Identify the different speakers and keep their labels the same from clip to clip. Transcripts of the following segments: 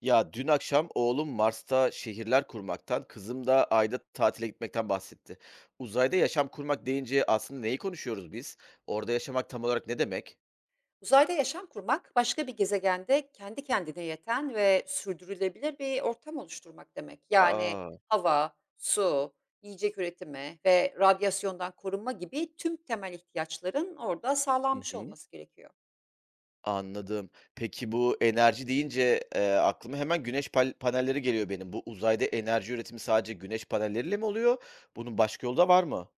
Speaker 1: Ya dün akşam oğlum Mars'ta şehirler kurmaktan, kızım da Ay'da tatile gitmekten bahsetti. Uzayda yaşam kurmak deyince aslında neyi konuşuyoruz biz? Orada yaşamak tam olarak ne demek?
Speaker 2: Uzayda yaşam kurmak, başka bir gezegende kendi kendine yeten ve sürdürülebilir bir ortam oluşturmak demek. Yani
Speaker 1: Aa,
Speaker 2: hava, su, yiyecek üretimi ve radyasyondan korunma gibi tüm temel ihtiyaçların orada
Speaker 1: hı
Speaker 2: sağlanmış
Speaker 1: hı,
Speaker 2: olması gerekiyor.
Speaker 1: anladım. Peki bu enerji deyince aklıma hemen güneş panelleri geliyor benim. Bu uzayda enerji üretimi sadece güneş panelleriyle mi oluyor? Bunun başka yolu da var mı?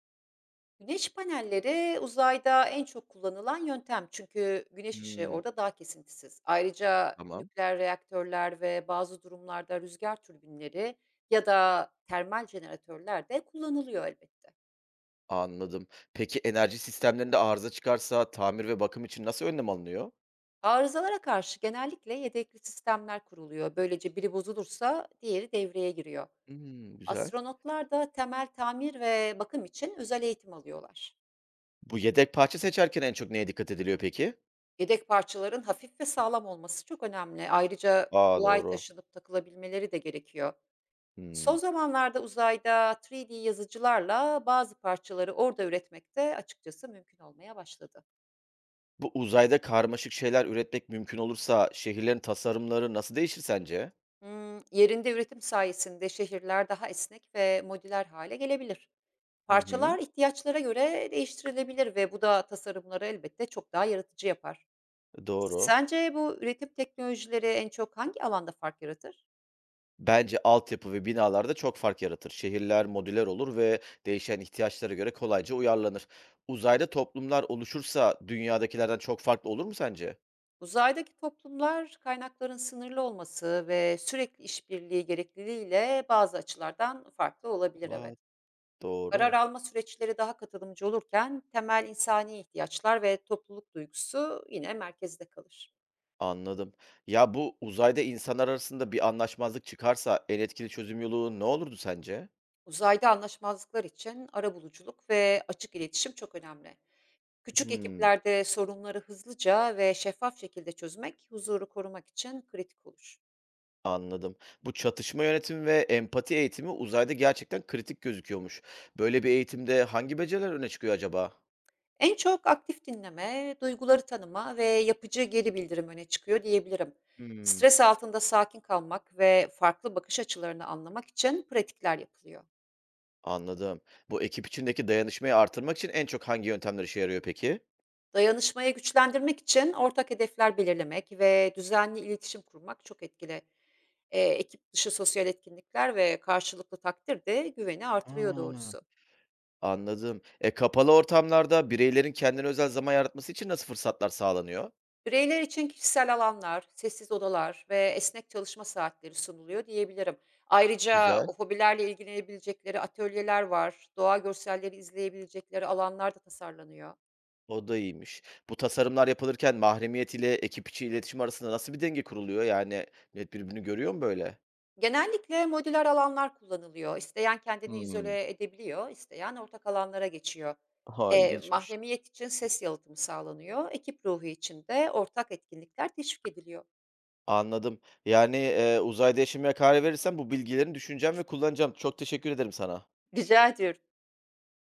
Speaker 2: Güneş panelleri uzayda en çok kullanılan yöntem çünkü güneş ışığı
Speaker 1: Hmm,
Speaker 2: orada daha kesintisiz. Ayrıca
Speaker 1: tamam,
Speaker 2: nükleer reaktörler ve bazı durumlarda rüzgar türbinleri ya da termal jeneratörler de kullanılıyor elbette.
Speaker 1: anladım. Peki enerji sistemlerinde arıza çıkarsa tamir ve bakım için nasıl önlem alınıyor?
Speaker 2: Arızalara karşı genellikle yedekli sistemler kuruluyor. Böylece biri bozulursa diğeri devreye giriyor.
Speaker 1: Hmm, güzel.
Speaker 2: Astronotlar da temel tamir ve bakım için özel eğitim alıyorlar.
Speaker 1: Bu yedek parça seçerken en çok neye dikkat ediliyor peki?
Speaker 2: Yedek parçaların hafif ve sağlam olması çok önemli. Ayrıca
Speaker 1: Aa,
Speaker 2: kolay
Speaker 1: doğru.
Speaker 2: taşınıp takılabilmeleri de gerekiyor. Son
Speaker 1: Hımm.
Speaker 2: zamanlarda uzayda 3D yazıcılarla bazı parçaları orada üretmek de açıkçası mümkün olmaya başladı.
Speaker 1: Bu uzayda karmaşık şeyler üretmek mümkün olursa şehirlerin tasarımları nasıl değişir sence?
Speaker 2: Hmm, yerinde üretim sayesinde şehirler daha esnek ve modüler hale gelebilir.
Speaker 1: Hı hı.
Speaker 2: Parçalar ihtiyaçlara göre değiştirilebilir ve bu da tasarımları elbette çok daha yaratıcı yapar.
Speaker 1: Doğru.
Speaker 2: Sence bu üretim teknolojileri en çok hangi alanda fark yaratır?
Speaker 1: Bence altyapı ve binalarda çok fark yaratır. Şehirler modüler olur ve değişen ihtiyaçlara göre kolayca uyarlanır. Uzayda toplumlar oluşursa dünyadakilerden çok farklı olur mu sence?
Speaker 2: Uzaydaki toplumlar kaynakların sınırlı olması ve sürekli işbirliği gerekliliğiyle bazı açılardan farklı olabilir
Speaker 1: Aa,
Speaker 2: evet. Karar
Speaker 1: doğru.
Speaker 2: alma süreçleri daha katılımcı olurken temel insani ihtiyaçlar ve topluluk duygusu yine merkezde kalır.
Speaker 1: Anladım. Ya bu uzayda insanlar arasında bir anlaşmazlık çıkarsa en etkili çözüm yolu ne olurdu sence?
Speaker 2: Uzayda anlaşmazlıklar için arabuluculuk ve açık iletişim çok önemli. Küçük
Speaker 1: Hımm,
Speaker 2: ekiplerde sorunları hızlıca ve şeffaf şekilde çözmek, huzuru korumak için kritik olur.
Speaker 1: anladım. Bu çatışma yönetimi ve empati eğitimi uzayda gerçekten kritik gözüküyormuş. Böyle bir eğitimde hangi beceriler öne çıkıyor acaba?
Speaker 2: En çok aktif dinleme, duyguları tanıma ve yapıcı geri bildirim öne çıkıyor diyebilirim.
Speaker 1: Hmm.
Speaker 2: Stres altında sakin kalmak ve farklı bakış açılarını anlamak için pratikler yapılıyor.
Speaker 1: Anladım. Bu ekip içindeki dayanışmayı artırmak için en çok hangi yöntemler işe yarıyor peki?
Speaker 2: Dayanışmayı güçlendirmek için ortak hedefler belirlemek ve düzenli iletişim kurmak çok etkili. Ekip dışı sosyal etkinlikler ve karşılıklı takdir de güveni artırıyor
Speaker 1: Ha.
Speaker 2: doğrusu.
Speaker 1: Anladım. Kapalı ortamlarda bireylerin kendine özel zaman yaratması için nasıl fırsatlar sağlanıyor?
Speaker 2: Bireyler için kişisel alanlar, sessiz odalar ve esnek çalışma saatleri sunuluyor diyebilirim. Ayrıca
Speaker 1: Güzel.
Speaker 2: hobilerle ilgilenebilecekleri atölyeler var, doğa görselleri izleyebilecekleri alanlar da tasarlanıyor.
Speaker 1: O da iyiymiş. Bu tasarımlar yapılırken mahremiyet ile ekip içi iletişim arasında nasıl bir denge kuruluyor? Yani millet birbirini görüyor mu böyle?
Speaker 2: Genellikle modüler alanlar kullanılıyor. İsteyen kendini
Speaker 1: Hımm.
Speaker 2: izole edebiliyor, isteyen ortak alanlara geçiyor.
Speaker 1: Ha, ilginçmiş.
Speaker 2: Mahremiyet için ses yalıtımı sağlanıyor, ekip ruhu için de ortak etkinlikler teşvik ediliyor.
Speaker 1: Anladım. Yani, uzayda yaşamaya karar verirsem bu bilgilerini düşüneceğim ve kullanacağım. Çok teşekkür ederim sana.
Speaker 2: Rica ediyorum.